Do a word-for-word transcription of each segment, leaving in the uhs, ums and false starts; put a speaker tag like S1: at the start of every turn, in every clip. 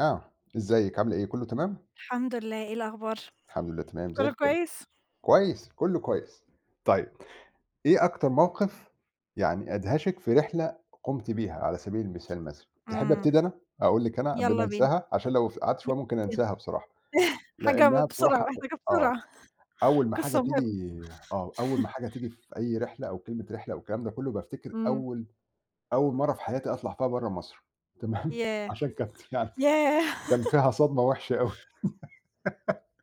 S1: آه، إزيِك عاملة إيه، كله تمام؟
S2: الحمد لله، إيه الأخبار؟
S1: الحمد لله تمام زي
S2: كُلّه
S1: الفل،
S2: كويس؟
S1: كويس، كله كويس. طيب إيه أكتر موقف يعني أدهشِك في رحلة قُمتِ بيها على سبيل المثال مثلًا؟ تحبّي
S2: إمم،
S1: أبتدي أنا، أقول لِك أنا قبل ما
S2: يالّا بينا،
S1: أنساها عشان لو ف قعدت شوية
S2: يالّا
S1: ممكن
S2: بينا،
S1: أنساها بصراحة،
S2: حاجة
S1: لإنها
S2: بسرعة،
S1: بصراحة
S2: محتاجة
S1: آه،
S2: بسرعة،
S1: أول ما حاجة
S2: قصة
S1: تيجي
S2: مهمة،
S1: آه، أول ما حاجة تيجي في أي رحلة أو كلمة رحلة أو الكلام ده كله بافتكر
S2: إمم،
S1: أول أول مرّة في حياتي أطلع فيها برّه مصر تمام،
S2: ياه!
S1: عشان كانت يعني
S2: ياه!
S1: كان فيها صدمة وحشة أوي.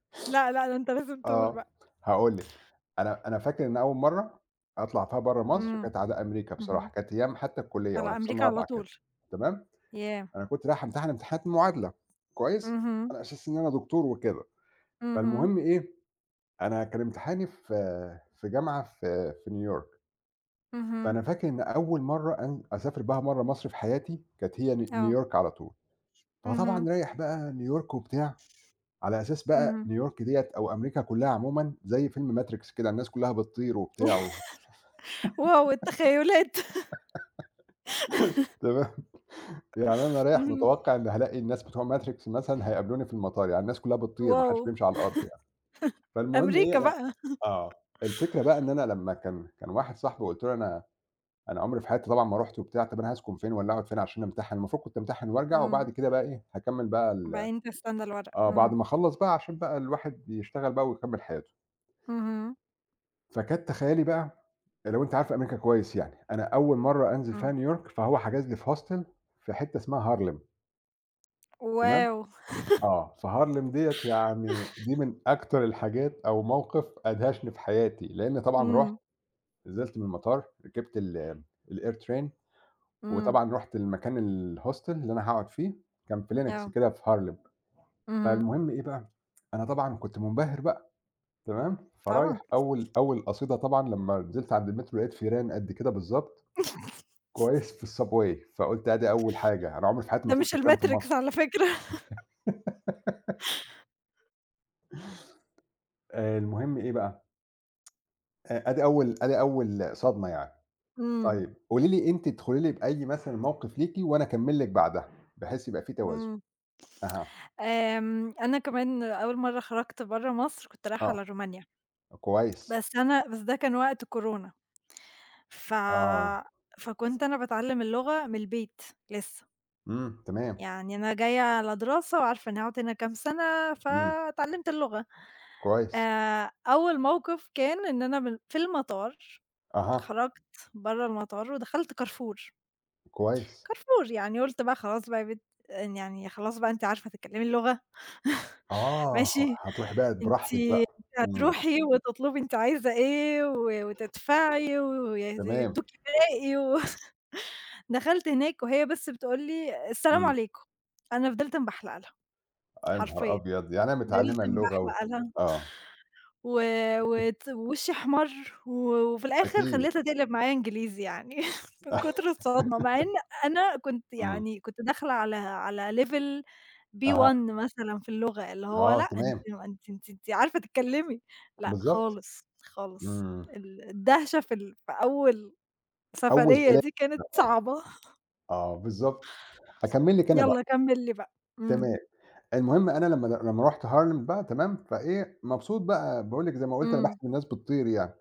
S2: لأ، لأ، ده أنت لازم تقول
S1: آه،
S2: بقى،
S1: هاقول لِك، أنا أنا فاكر إن أول مرّة أطلع فيها برّه مصر
S2: إمم،
S1: كانت على أمريكا بصراحة،
S2: اهم،
S1: كانت أيام حتى الكلية
S2: آه،
S1: وأنا
S2: لأ،
S1: في سنة
S2: أمريكا على
S1: رابعة كده،
S2: طول،
S1: تمام،
S2: ياه!
S1: أنا كنت رايح أمتحن امتحانات المعادلة، كويس،
S2: اهم،
S1: على أساس إن أنا دكتور وكده،
S2: اهم،
S1: فالمهم إيه، أنا كان امتحاني في في جامعة في في نيويورك،
S2: اهم،
S1: فأنا فاكر إن أول مرّة أن أسافر بها برّه مصر في حياتي كانت هي ن
S2: آه،
S1: نيويورك على طول،
S2: اهم،
S1: فطبعًا رايح بقى نيويورك وبتاع على أساس بقى
S2: اهم،
S1: نيويورك ديّة أو أمريكا كلّها عمومًا زي فيلم ماتريكس كده، الناس كلّها بتطير وبتاع و
S2: واو! التخيلات،
S1: تمام، يعني أنا رايح
S2: اهم،
S1: متوقع إن هالاقي الناس بتوع ماتريكس مثلًا هيقابلوني في المطار، يعني الناس كلّها بتطير ما
S2: واو!
S1: حدش بيمشي على الأرض يعني. فالمهم إيه
S2: أمريكا
S1: أنا
S2: بقى،
S1: آه، الفكرة بقى إن أنا لمّا كان كان واحد صاحبي قُلت له: "أنا أنا عمري في حياتي طبعًا ما رُحت وبتاع، طَب أنا هاسكن فين والّا هاقعد فين عشان أمتحن؟" المفروض كنت أمتحن وارجع
S2: إمم،
S1: وبعد كده بقى إيه، هاكمّل بقى ال
S2: وبعدين تستنى الورق،
S1: آه، بعد
S2: إمم،
S1: ما أخلّص بقى عشان بقى الواحد يشتغل بقى ويكمّل حياته.
S2: اهم،
S1: فكان تخيّلي بقى لو أنتِ عارفة أمريكا كويس يعني، أنا أول مرّة أنزل فيها
S2: إمم،
S1: نيويورك، فهو حجز لي في hostel في حتّة اسمها هارلم تمام،
S2: واو!
S1: آه، فهارلم ديّة يعني دي من أكتر الحاجات أو موقف أدهشني في حياتي، لإن طبعًا رُحت
S2: إمم،
S1: نزلت من المطار، ركبت ال الair train
S2: إمم،
S1: وطبعًا رُحت المكان الhostel اللي أنا هاقعد فيه، كان في لينكس
S2: آه،
S1: كده في هارلم،
S2: اهم.
S1: فالمهم إيه بقى، أنا طبعًا كنت منبهر بقى تمام،
S2: طبعًا،
S1: فرايح أول أول قصيدة طبعًا لمّا نزلت عند المترو لقيت فيران قد كده بالضبط كويس في الsubway، فقُلت آدي أول حاجة، أنا عمري في حياتي ما
S2: ده مش
S1: شُفت ترام في
S2: الMatrix
S1: مصر.
S2: على فكرة.
S1: آآ المهم إيه بقى، آآ آدي أول آدي أول صدمة يعني.
S2: إمم،
S1: طيب قولي لي أنتِ ادخلي لي بأي مثلًا موقف ليكِ وأنا أكمّل لِك بعدها، بحيث يبقى في توازن.
S2: إمم.
S1: أها،
S2: آمم، أنا كمان أول مرّة خرجت برّه مصر كنت رايحة
S1: آه،
S2: على رومانيا،
S1: كويس،
S2: بس أنا بس ده كان وقت كورونا، ف
S1: آه،
S2: فكنت أنا باتعلّم اللغة من البيت لسه،
S1: إمم، تمام،
S2: يعني أنا جاية على دراسة وعارفة إنّي هاقعد هنا كام سَنة،
S1: إمم،
S2: فاتعلّمت اللغة.
S1: كويس،
S2: آآ، أول موقِف كان إن أنا من في المطار،
S1: أها،
S2: خرجت برّه المطار ودخلت كارفور.
S1: كويس،
S2: كارفور، يعني قُلت بقى خلاص بقى يا بت، يعني خلاص بقى أنتِ عارفة تتكلمي اللغة،
S1: آه،
S2: ماشي،
S1: هتروحي بقى
S2: أنتِ
S1: براحتِك بقى، إمم،
S2: هتروحي وتطلبي أنتِ عايزة إيه و وتدفعي ويد
S1: تمام،
S2: يدوكِ باقي و دخلت هناك وهي بس بتقول لي: "السلام
S1: إمم،
S2: عليكم." أنا فضلت مبحلقة لها،
S1: يا نهار
S2: حرفيًا
S1: أبيض! يعني هي
S2: فضلت
S1: متعلّمة اللغة و
S2: مبحلقة لها.
S1: آه،
S2: و وت ووشّي أحمر و وفي الآخر
S1: أكيد،
S2: خلّيتها تقلب معايا إنجليزي يعني من كتر الصدمة، مع إن أنا كنت
S1: إمم،
S2: يعني كنت داخلة على على level
S1: أها.
S2: بي ون مثلًا في اللغة، اللي هو
S1: آه
S2: لأ أنتِ
S1: تمام،
S2: ما أنتِ أنتِ أنتِ عارفة تتكلّمي، لأ
S1: بالضبط،
S2: خالص، خالص
S1: إمم،
S2: ال الدهشة في ال في أول
S1: أول
S2: سفرية
S1: كلام
S2: دي كانت
S1: آه،
S2: صعبة.
S1: آه بالضبط، أكمّل لِك أنا بقى،
S2: يالّا كمّل لي بقى. إمم،
S1: تمام، المهم أنا لمّا لمّا رُحت هارلِم بقى تمام، فإيه مبسوط بقى باقول لِك زي ما قُلت أنا
S2: إمم،
S1: باحسب الناس بتطير يعني،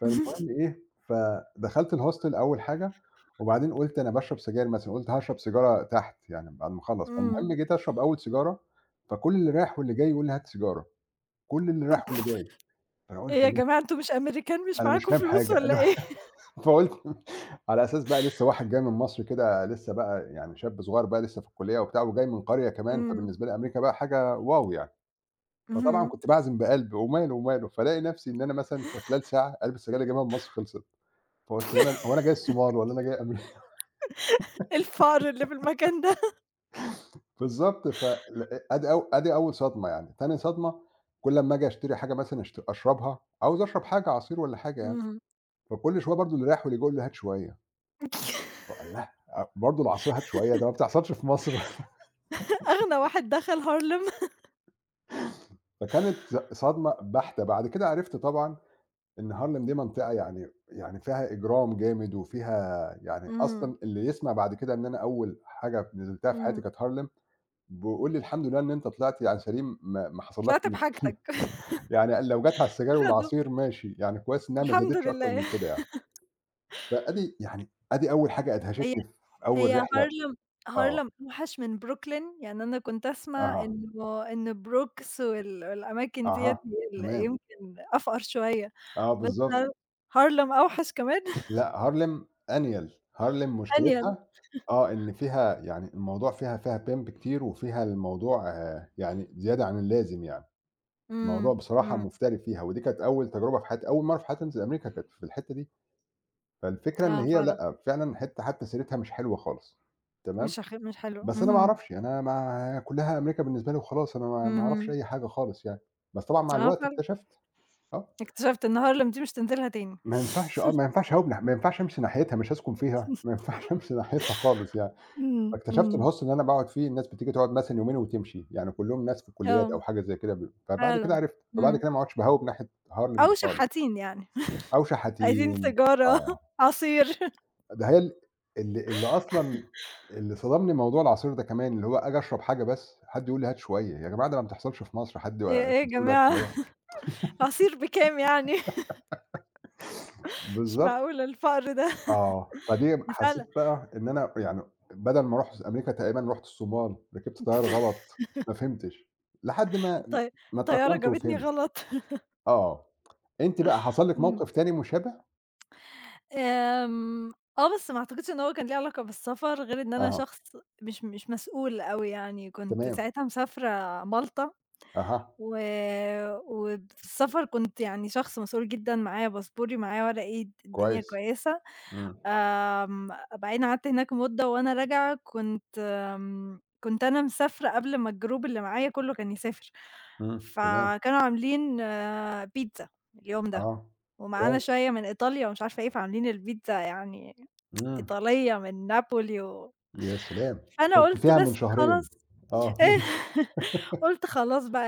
S1: فالمهم إيه، فدخلت الhostel أول حاجة، وبعدين قُلت أنا باشرب سجاير مثلًا، قُلت هاشرب سيجارة تحت يعني بعد ما أخلّص،
S2: إمم.
S1: فالمهم جيت أشرب أول سيجارة، فكل اللي رايح واللي جاي يقول لي هات سيجارة، كل اللي رايح واللي جاي، فأنا
S2: إيه
S1: قُلت
S2: يا
S1: لأ،
S2: جماعة أنتم مش أمريكان مش
S1: أنا مش
S2: معاكم
S1: فاهم
S2: فلوس
S1: حاجة أنا
S2: والّا إيه؟
S1: فقُلت على أساس بقى لسه واحد جاي من مصر كده لسه بقى يعني شاب صغير بقى لسه في الكلية وبتاع، وجاي من قرية كمان،
S2: إمم،
S1: فبالنسبة لي أمريكا بقى حاجة واو يعني، فطبعًا
S2: اهم.
S1: كنت باعزم بقلب وماله وماله، فالاقي نفسي إن أنا مثلًا في خلال ساعة علبة السجاير اللي جايبها من مصر خلصت، فقُلت هو أنا هو أنا جاي الصومال والّا أنا جاي أمريكا
S2: الفقر اللي في المكان ده.
S1: بالضبط ف ل أدي أو أدي أول صدمة يعني، تاني صدمة كل أمّا آجي أشتري حاجة مثلًا أشت أشربها، عاوز أشرب حاجة عصير والّا حاجة يعني،
S2: اهم.
S1: فكل شوية برضه اللي رايح واللي جاي يقول لي هات شوية، فأقول له لأ برضه العصير هات شوية ده ما بتحصلش في مصر.
S2: أغنى واحد دخل هارلِم.
S1: فكانت ص صدمة بَحتة، بعد كده عرفت طبعًا إن هارلِم دي منطقة يعني يعني فيها إجرام جامد وفيها يعني
S2: إمم،
S1: أصلًا اللي يسمع بعد كده إن أنا أول حاجة نزلتها في حياتي
S2: إمم.
S1: كانت هارلِم، بيقول لي: "الحمد لله إن أنت طلعت يعني سليم ما ما حصلكش
S2: طلعت
S1: مشكلة."
S2: بحاجتك.
S1: يعني قال لو جات على السيجارة
S2: خدوه،
S1: والعصير ماشي، يعني كويس إنها ما
S2: الحمد
S1: زادتش أكتر من
S2: لله.
S1: كده يعني. فأدي يعني أدي أول حاجة
S2: هي
S1: أدهشتني في أول
S2: هي
S1: رحلة
S2: هارلِم
S1: آه،
S2: هارلِم أوحش من بروكلين؟ يعني أنا كنت أسمع
S1: أها،
S2: إنه إن بروكس وال والأماكن ديّة
S1: أها،
S2: هي ال
S1: تمام،
S2: يمكن أفقر شوية،
S1: آه
S2: بس
S1: بالضبط.
S2: ه هارلِم أوحش كمان!
S1: لأ، هارلِم أنيَل، هارلِم
S2: أنيل.
S1: مشكلتها آه، إن فيها يعني الموضوع فيها فيها pimp كتير وفيها الموضوع آه، يعني زيادة عن اللازم يعني، الموضوع
S2: إمم،
S1: بصراحة
S2: إمم.
S1: مفتري فيها، ودي كانت أول تجربة في حياتي، أول مرّة في حياتي أنزل أمريكا كانت في الحتّة دي، فالفكرة إن
S2: آه
S1: هي
S2: فعلًا،
S1: لأ، فعلًا حتّة حتّى سيرتها مش حلوة خالص، تمام،
S2: مش أخ، مش حلو.
S1: بس أنا ما
S2: اهم،
S1: أعرفش، أنا ما كلّها أمريكا بالنسبة لي وخلاص، أنا ما ما أعرفش
S2: اهم.
S1: أي حاجة خالص يعني، بس طبعًا مع
S2: آه
S1: الوقت
S2: فعلًا،
S1: اكتشفت، آه،
S2: اكتشفت إن هارلِم دي مش تنزلها تاني.
S1: ما ينفعش آه، ما ينفعش أهوب ما ينفعش أمشي ناحيتها، مش هاسكن فيها، ما ينفعش أمشي ناحيتها خالص يعني.
S2: إمم،
S1: فاكتشفت
S2: إمم.
S1: الhostel اللي أنا باقعد فيه الناس بتيجي تقعد مثلًا يومين وتمشي، يعني كلّهم ناس في الكليات أو
S2: آه،
S1: حاجة زي كده ب فبعد كده
S2: فعلًا،
S1: عرفت، فبعد
S2: إمم.
S1: كده ما عُدتش باهوّب ناحية هارلِم
S2: أو
S1: دي خالص،
S2: شحاتين يعني،
S1: أو
S2: عايزين
S1: شحاتين
S2: سيجارة،
S1: آه،
S2: عصير
S1: ده هي ال اللي اللي أصلًا اللي صدمني موضوع العصير ده كمان، اللي هو آجي أشرب حاجة بس حد يقول لي هات شوية، يا جماعة ده ما بتحصلش في مصر حد
S2: إيه إيه يا
S1: بس يقول لي هات
S2: جماعة
S1: شوية
S2: عصير بكام يعني؟ مش
S1: بالضبط
S2: معقولة الفقر ده
S1: آه، فدي
S2: ده فعلًا
S1: حسيت بقى إن أنا يعني بدل ما أروح أمريكا تقريبًا رُحت الصومال، ركبت طيارة غلط، ما فهمتش، لحد ما
S2: الطي
S1: ما
S2: الطيارة
S1: اتأقلمت
S2: جابتني
S1: وفهمت.
S2: غلط
S1: آه. أنتِ بقى حصل لِك
S2: إمم،
S1: موقف تاني مشابه؟
S2: آمم، آه، بس ما أعتقدش إن هو كان ليه علاقة بالسفر، غير إن أنا
S1: أها،
S2: شخص مش مش مسؤول أوي يعني، كنت
S1: تمام،
S2: ساعتها مسافرة مالطا
S1: أها،
S2: و وفي السفر كنت يعني شخص مسؤول جدًا، معايا باسبوري، معايا ورقي، الدنيا
S1: كويس.
S2: كويسة.
S1: إمم،
S2: آمم، بعدين قعدت هناك مدة وأنا راجعة كنت آمم، كنت أنا مسافرة قبل ما الجروب اللي معايا كلّه كان يسافر،
S1: إمم، تمام،
S2: فكانوا عاملين آه، بيتزا اليوم ده،
S1: آه،
S2: ومعانا
S1: كويس،
S2: شوية من إيطاليا ومش عارفة إيه، فعاملين البيتزا يعني
S1: إمم،
S2: إيطالية من نابولي و
S1: يا سلام!
S2: فأنا
S1: كنت
S2: قُلت
S1: فيها من
S2: بس
S1: شهرين،
S2: خلاص
S1: آه، ماشي،
S2: قُلت خلاص بقى،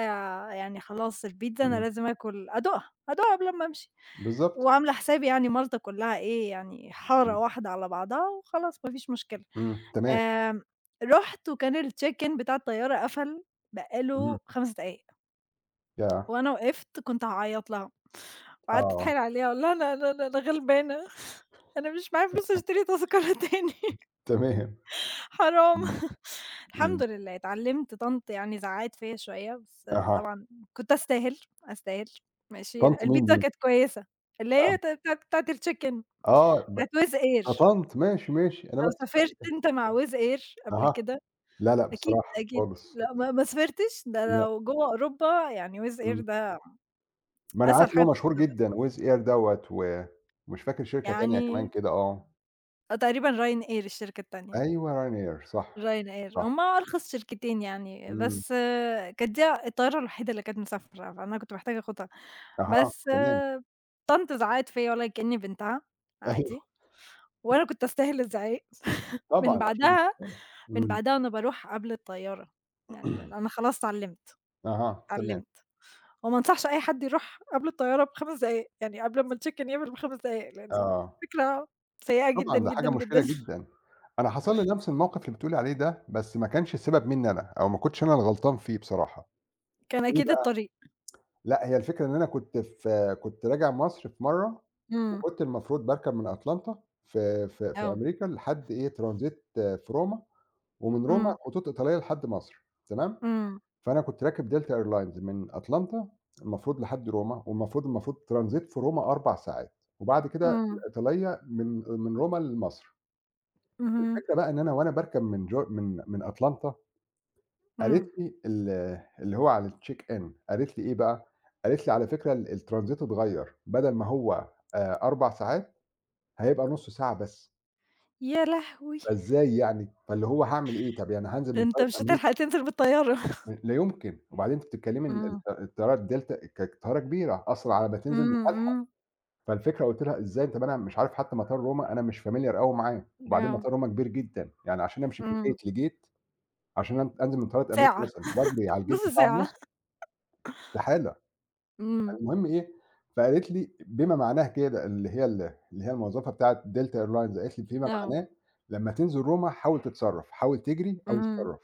S2: يعني خلاص البيتزا أنا
S1: إمم،
S2: لازم آكل أدوقها، أدوقها قبل أمّا أمشي،
S1: بالضبط،
S2: وعاملة حسابي يعني مالطا كلّها إيه، يعني
S1: إمم،
S2: حارة واحدة على بعضها وخلاص ما فيش مشكلة.
S1: إمم، تمام،
S2: آمم، رُحت وكان الcheck in بتاع الطيارة قفل بقى
S1: إمم،
S2: له 5 دقايق،
S1: ياه!
S2: وأنا وقفت كنت هاعيّط لها، وقعدت
S1: آه،
S2: أتحايل عليها أقول لها: "أنا أنا أنا أنا غلبانة، أنا مش معايا فلوس أشتري تذكرة تاني."
S1: تمام،
S2: حرام
S1: إمم، إمم،
S2: الحمد لله اتعلّمت. طنط يعني زعّقت فيّا شوية، بس
S1: أها،
S2: كنت أستاهل، أستاهل ماشي،
S1: طنط مين
S2: البيتزا
S1: دي؟
S2: كانت كويسة، اللي هي
S1: آه،
S2: ت بتاعة بتاعة الchicken،
S1: آه، ب
S2: بتاعة wizz
S1: آه،
S2: air.
S1: طنط ماشي، ماشي، أنا
S2: لو
S1: باحسب
S2: سافرت أنت مع wizz air قبل
S1: أها،
S2: كده؟
S1: لا، لأ،
S2: أكيد،
S1: بصراحة
S2: أكيد.
S1: خالص،
S2: لأ، ما ما سافرتش، ده
S1: لأ،
S2: لو جوّه أوروبا يعني wizz air
S1: إمم.
S2: ده
S1: ما أنا عارف
S2: أسهل
S1: إن
S2: حاجة
S1: هو مشهور
S2: باخدها،
S1: جدًا Wizz Air دوّة و ومش فاكر شركة تانية كمان
S2: يعني
S1: كده آه.
S2: آه تقريبًا ryanair الشركة التانية،
S1: أيوه Ryanair صح،
S2: ryanair
S1: صح.
S2: هُم أرخص شركتين يعني،
S1: إمم.
S2: بس آه، كانت دي الطيارة الوحيدة اللي كانت مسافرة، فأنا كنت محتاجة آخدها.
S1: أها،
S2: بس
S1: تمام.
S2: آه، طنط زعقت فيّا والله كإنّي بنتها، عادي،
S1: أيوه
S2: وأنا كنت أستاهل الزعيق. من
S1: طبعًا عشان
S2: بعدها من
S1: إمم.
S2: بعدها وأنا باروح قبل الطيارة، يعني م أنا خلاص اتعلّمت،
S1: أها، تمام.
S2: اتعلّمت وما أنصحش أي حد يروح قبل الطيارة بخمس دقايق، يعني قبل أمّا الcheck in يعمل بخمس دقايق، لإنه
S1: آه.
S2: فكرة سيئة جدًا،
S1: طبعًا ده
S2: جدًا،
S1: حاجة
S2: جدًا.
S1: مشكلة جدًا. أنا حصل لي نفس الموقف اللي بتقولي عليه ده، بس ما كانش السبب منّي أنا، أو ما كنتش أنا الغلطان فيه بصراحة.
S2: كان
S1: ليه
S2: أكيد
S1: بقى؟
S2: الطريق.
S1: لأ، هي الفكرة إن أنا كنت في كنت راجع مصر في مرّة،
S2: إمم،
S1: وكنت المفروض باركب من أتلانتا في في في
S2: آه،
S1: أمريكا لحد إيه transit في روما. ومن روما
S2: إمم،
S1: خطوط إيطالية لحد مصر، تمام؟
S2: إمم،
S1: فأنا كنت راكب Delta Airlines من أتلانتا المفروض لحد روما، والمفروض المفروض ترانزيت في روما أربع ساعات، وبعد كده
S2: إمم،
S1: الإيطالية من من روما لمصر.
S2: اهم،
S1: الفكرة بقى إن أنا وأنا باركب من جو من من أتلانتا قالت
S2: إمم.
S1: لي ال اللي هو على الcheck in قالت لي إيه بقى، قالت لي على فكرة ال الترانزيت اتغيّر، بدل ما هو آآ أربع ساعات هيبقى نُص ساعة بس،
S2: يا لهوي!
S1: فإزاي يعني؟ فاللي هو هاعمل إيه؟ طب يعني هانزل من
S2: ده أنت
S1: القاهره
S2: مش هتلحق تنزل بالطيارة.
S1: لا يمكن، وبعدين أنتِ بتتكلمي إن
S2: إمم،
S1: الط الطيارة الدلتا كانت طيارة كبيرة، أصلًا على ما تنزل مش
S2: إمم،
S1: هالحق،
S2: إمم،
S1: فالفكرة قُلت لها إزاي طب أنا مش عارف حتى مطار روما أنا مش familiar أوي معاه، وبعدين
S2: آه.
S1: مطار روما كبير جدًا، يعني عشان أمشي من
S2: إمم.
S1: gate لgate عشان أن أنزل من طيارة أمريكا
S2: ساعة،
S1: مثلًا وأجري على الgate
S2: نُص
S1: بتاع
S2: ساعة.
S1: مصر استحالة،
S2: إمم،
S1: المهم إيه، فقالت لي بما معناه كده اللي هي ال اللي هي الموظفة بتاعة Delta Airlines قالت لي فيما
S2: آه،
S1: معناه لمّا تنزل روما حاول تتصرّف، حاول تجري أو
S2: اهم،
S1: اتصرّف،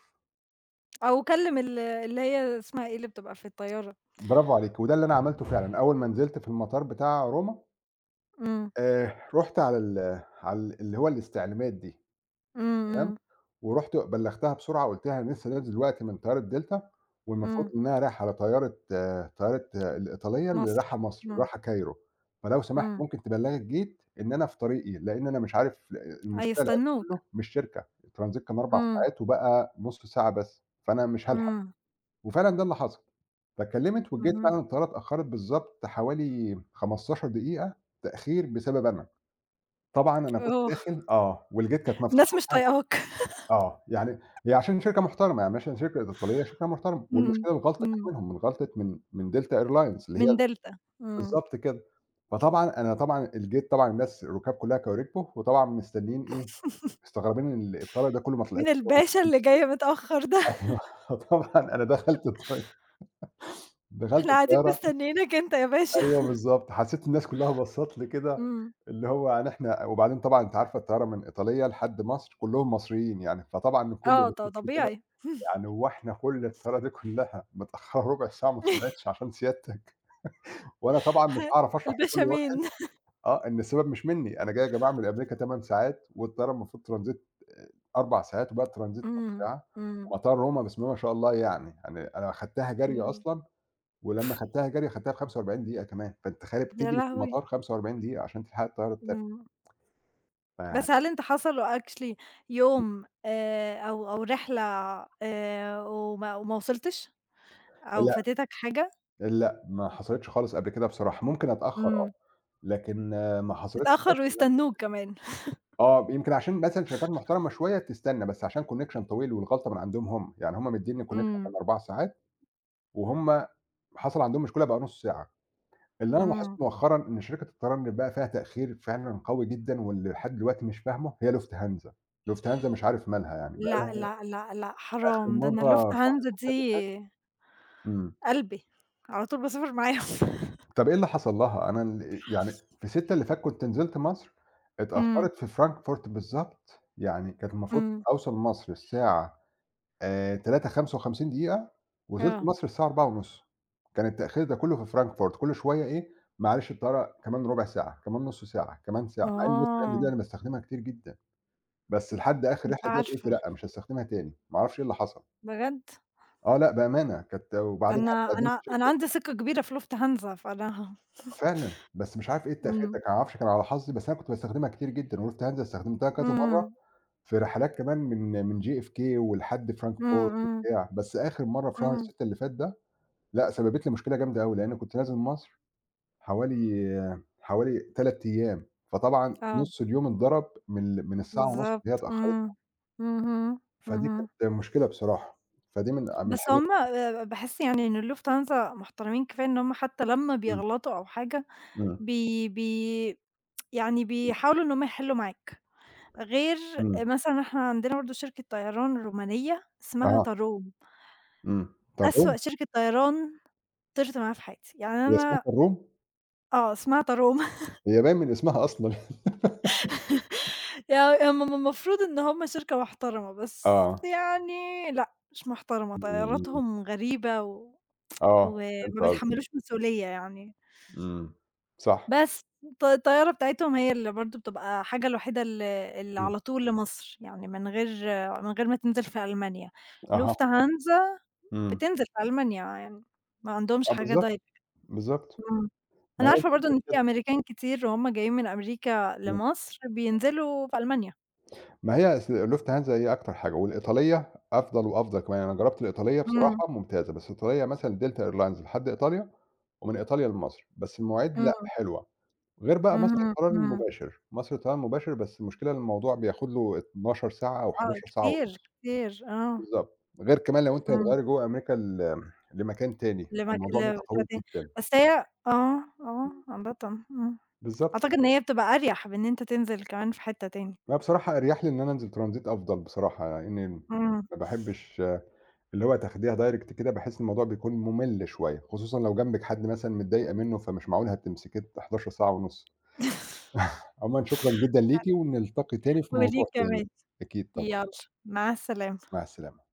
S2: أو كلّم ال اللي هي اسمها إيه اللي بتبقى في الطيارة؟
S1: برافو عليكِ، وده اللي أنا عملته فعلًا، أول ما نزلت في المطار بتاع روما
S2: إمم،
S1: آآ، رُحت على ال على ال اللي هو الاستعلامات دي
S2: إمم،
S1: تمام،
S2: إمم،
S1: ورُحت بلّغتها بسرعة وقُلت لها أنا لسه نازل دلوقتي من طيارة دلتا والمفروض
S2: إمم،
S1: إنها رايحة على طيارة طيارة الإيطالية اللي
S2: مصر،
S1: رايحة مصر،
S2: إمم،
S1: رايحة كايرو، فلو سمحتِ
S2: إمم،
S1: ممكن تبلّغي الgate إن أنا في طريقي، لإن أنا مش عارف المشكلة الأكل
S2: هيستنوك،
S1: كله مش شركة، الترانزيت كان أربع
S2: إمم،
S1: ساعات وبقى نُص ساعة بس، فأنا مش هالحق،
S2: إمم،
S1: وفعلًا ده اللي حصل، فكلمت والgate
S2: اهم،
S1: فعلًا الطيارة اتأخرت بالضبط حوالي خمستاشر دقيقة تأخير بسبب أنا. طبعًا أنا كنت
S2: آه،
S1: داخل آه، والgate كانت
S2: الناس
S1: مفتوحة
S2: مش طايقاك.
S1: آه، يعني هي عشان شركة محترمة، يعني مثلًا شركة إيطالية شركة محترمة،
S2: إمم،
S1: والمشكلة الغلطة كانت
S2: إمم،
S1: منهم، من غلطة من من دلتا إيرلاينز اللي هي
S2: من دلتا، إمم.
S1: بالضبط كده، فطبعًا أنا طبعًا الgate طبعًا الناس الركاب كلها كانوا ركبوا، وطبعًا مستنيين إيه، مستغربين إن الطيارة ده كله ما طلعت
S2: مين الباشا اللي جاي متأخر ده؟
S1: أيوه، فطبعًا أنا دخلت الط دخلت
S2: إحنا قاعدين
S1: الطيارة
S2: مستنيينك أنت يا باشا.
S1: أيوه بالضبط، حسيت الناس كلها بصّت لي كده،
S2: إمم،
S1: اللي هو يعني إحنا وبعدين طبعًا أنتِ عارفة الطيارة من إيطاليا لحد مصر كلّهم مصريين يعني، فطبعًا الكل
S2: آه، ط
S1: باصص لي كده
S2: طبيعي.
S1: يعني هو إحنا كل الطريقة دي كلّها متأخّرة ربع ساعة وما طلعتش عشان سيادتك، وأنا طبعًا مش
S2: ه
S1: هاعرف أشرح لكل
S2: الباشا
S1: واحد
S2: مين؟
S1: آه، إن السبب مش منّي، أنا جاي يا جماعة من أمريكا ثماني ساعات والطيارة المفروض ترانزيت آآ أربع ساعات وبقى الترانزيت نُص
S2: إمم،
S1: ساعة،
S2: إمم،
S1: ومطار روما بسم الله ما شاء الله يعني، يعني أنا خدتها جري
S2: إمم،
S1: أصلًا ولمّا خدتها جري خدتها ب45 دقيقة كمان، فأنت تخيّل
S2: يا
S1: بتجري في
S2: لهوي!
S1: المطار خمسة وأربعين دقيقة عشان تلحق الطيارة التانية،
S2: إمم،
S1: فيعني
S2: بس هل أنت حصل له actually يوم آآ، أو أو رحلة، آآ، وما وما وصلتش أو
S1: لأ،
S2: فاتتك حاجة؟
S1: لأ، ما حصلتش خالص قبل كده بصراحة، ممكن أتأخّر آه،
S2: إمم،
S1: لكن آه، ما حصلتش خالص
S2: تتأخر ويستنوك كمان.
S1: آه، يمكن عشان مثلًا شركات محترمة شوية تستنى، بس عشان connection طويل والغلطة من عندهم هم، يعني هم مدّيني connection
S2: إمم،
S1: كان أربع ساعات وهم حصل عندهم مشكلة بقى نُص ساعة. اللي أنا لاحظته
S2: إمم،
S1: مؤخرًا إن شركة الطيران اللي بقى فيها تأخير فعلًا قوي جدًا واللي لحد دلوقتي مش فاهمه هي لوفتهانزا، لوفتهانزا مش عارف مالها يعني بقى
S2: لأ، لأ، لأ، لأ،
S1: لها آخر
S2: حرام. ده أنا
S1: مرة شهر
S2: الlufthansa
S1: ستة اللي
S2: دي
S1: ف إمم.
S2: قلبي، على طول باسافر معاهم.
S1: طَب إيه اللي حصل لها؟ أنا ال يعني في ستة اللي فات كنت نزلت مصر،
S2: إمم،
S1: اتأخرت في Frankfurt بالضبط، يعني كانت المفروض
S2: إمم،
S1: أوصل مصر الساعة آآ ثلاثة وخمسة وخمسين دقيقة، وصلت
S2: آه،
S1: مصر الساعة أربعة ونص كان التأخير ده كلّه في فرانكفورت، كل شوية إيه، معلش الطيارة كمان ربع ساعة، كمان نُص ساعة، كمان ساعة، مع إن النُص ساعة
S2: آه،
S1: دي أنا باستخدمها كتير جدًا، بس لحد آخر
S2: مش
S1: رحلة ديّة قُلت
S2: عارفة،
S1: لأ، مش هاستخدمها تاني، ما أعرفش إيه اللي حصل.
S2: بجد؟
S1: آه لأ، بأمانة كانت وبعدين حتى
S2: أنا
S1: قدّمت
S2: أنا أنا
S1: شكوى
S2: عندي ثقة كبيرة في الlufthansa، فأنا
S1: فعلًا، بس مش عارف إيه التأخير ده،
S2: إمم،
S1: كان ما أعرفش كان على حظي، بس أنا كنت باستخدمها كتير جدًا، وقُلت هانزل استخدمتها كذا مرّة
S2: إمم،
S1: في رحلات كمان من من جي إف كي ولحد
S2: إمم،
S1: فرانكفورت
S2: إمم،
S1: وبتاع، بس آخر مرّة في شهر
S2: إمم،
S1: ستة اللي فات ده لأ، سببت لي مشكلة جامدة أوي، لإن كنت نازل مصر حوالي حوالي ثلاثة أيام، فطبعًا
S2: آه.
S1: نُص اليوم اتضرب من ال من الساعة ونُص اللي
S2: بالضبط،
S1: هي اتأخرت،
S2: إمم، اهم،
S1: فدي
S2: اهم.
S1: كانت مشكلة بصراحة، فدي من من
S2: بس
S1: الحاجات
S2: هُم آآ، باحس يعني إن الlufthansa محترمين كفاية إن هُم حتى لمّا
S1: إمم،
S2: بيغلطوا أو حاجة،
S1: إمم،
S2: بي بي يعني بيحاولوا إن هُم يحلّوا معاك، غير
S1: إمم،
S2: مثلًا إحنا عندنا برضه شركة طيران رومانية اسمها
S1: أها،
S2: تاروم،
S1: إمم، طَب
S2: أسوأ شركة طيران طِرت معاها في حياتي، يعني
S1: هي اسمها
S2: أنا
S1: طَرّوم؟
S2: آه، اسمها تاروم.
S1: هي باين من اسمها أصلًا.
S2: يعني هُم م المفروض إن هُم شركة محترمة، بس
S1: آه،
S2: يعني لأ، مش محترمة،
S1: إمم، إمم،
S2: طياراتهم غريبة و
S1: آه،
S2: وما
S1: فهمت قصدك،
S2: بيتحمّلوش مسؤولية يعني،
S1: إمم، صح،
S2: بس الط الطيارة بتاعتهم هي اللي برضه بتبقى حاجة الوحيدة ال اللي
S1: إمم،
S2: على طول لمصر، يعني من غير من غير ما تنزل في ألمانيا،
S1: أها،
S2: lufthansa
S1: إمم،
S2: بتنزل في ألمانيا يعني، ما عندهمش
S1: آه
S2: حاجة
S1: بالضبط،
S2: direct.
S1: بالضبط،
S2: إمم،
S1: ما
S2: أنا
S1: هي
S2: عارفة برضه
S1: الفكرة
S2: إن
S1: في
S2: في أمريكان كتير وهُم جايين من أمريكا
S1: كده.
S2: لمصر بينزلوا في ألمانيا،
S1: ما هي أصل لوفتهانزا هي أكتر حاجة، والإيطالية أفضل وأفضل كمان، أنا جرّبت الإيطالية
S2: إمم،
S1: بصراحة ممتازة، بس الإيطالية مثلًا دلتا airlines لحد إيطاليا، ومن إيطاليا لمصر، بس المواعيد
S2: إمم،
S1: لأ حلوة، غير بقى مصر
S2: اهم،
S1: الطيران
S2: إمم،
S1: المباشر، مصر الطيران المباشر بس المشكلة إن الموضوع بياخد له اتناشر ساعة أو
S2: آه
S1: حداشر ساعة
S2: كتير،
S1: ونُص،
S2: كتير، آه،
S1: بالضبط، غير كمان لو أنت
S2: إمم،
S1: هتغيّر جوّه أمريكا ل لمكان تاني،
S2: لمك
S1: فالموضوع
S2: ل
S1: بيبقى طويل
S2: بتاعة إيه،
S1: جدًا،
S2: بس هي آه، آه، عامةً، إمم.
S1: بالضبط،
S2: أعتقد إن هي بتبقى أريح بإن أنت تنزل كمان في حتة تاني.
S1: أنا بصراحة أريح لي إن أنا أنزل ترانزيت أفضل بصراحة، لإني
S2: إمم.
S1: ما باحبش اللي هو تاخديها direct كده باحس الموضوع بيكون مُمِل شوية، خصوصًا لو جنبِك حد مثلًا متضايقة منه، فمش معقول هتمسكيه حداشر ساعة ونُص. عمومًا شكرًا جدًا ليكِ، ونلتقي تاني في موضوع
S2: وليك
S1: تاني.
S2: كمان.
S1: أكيد طبعًا،
S2: يالّا، مع السلامة.
S1: مع السلامة.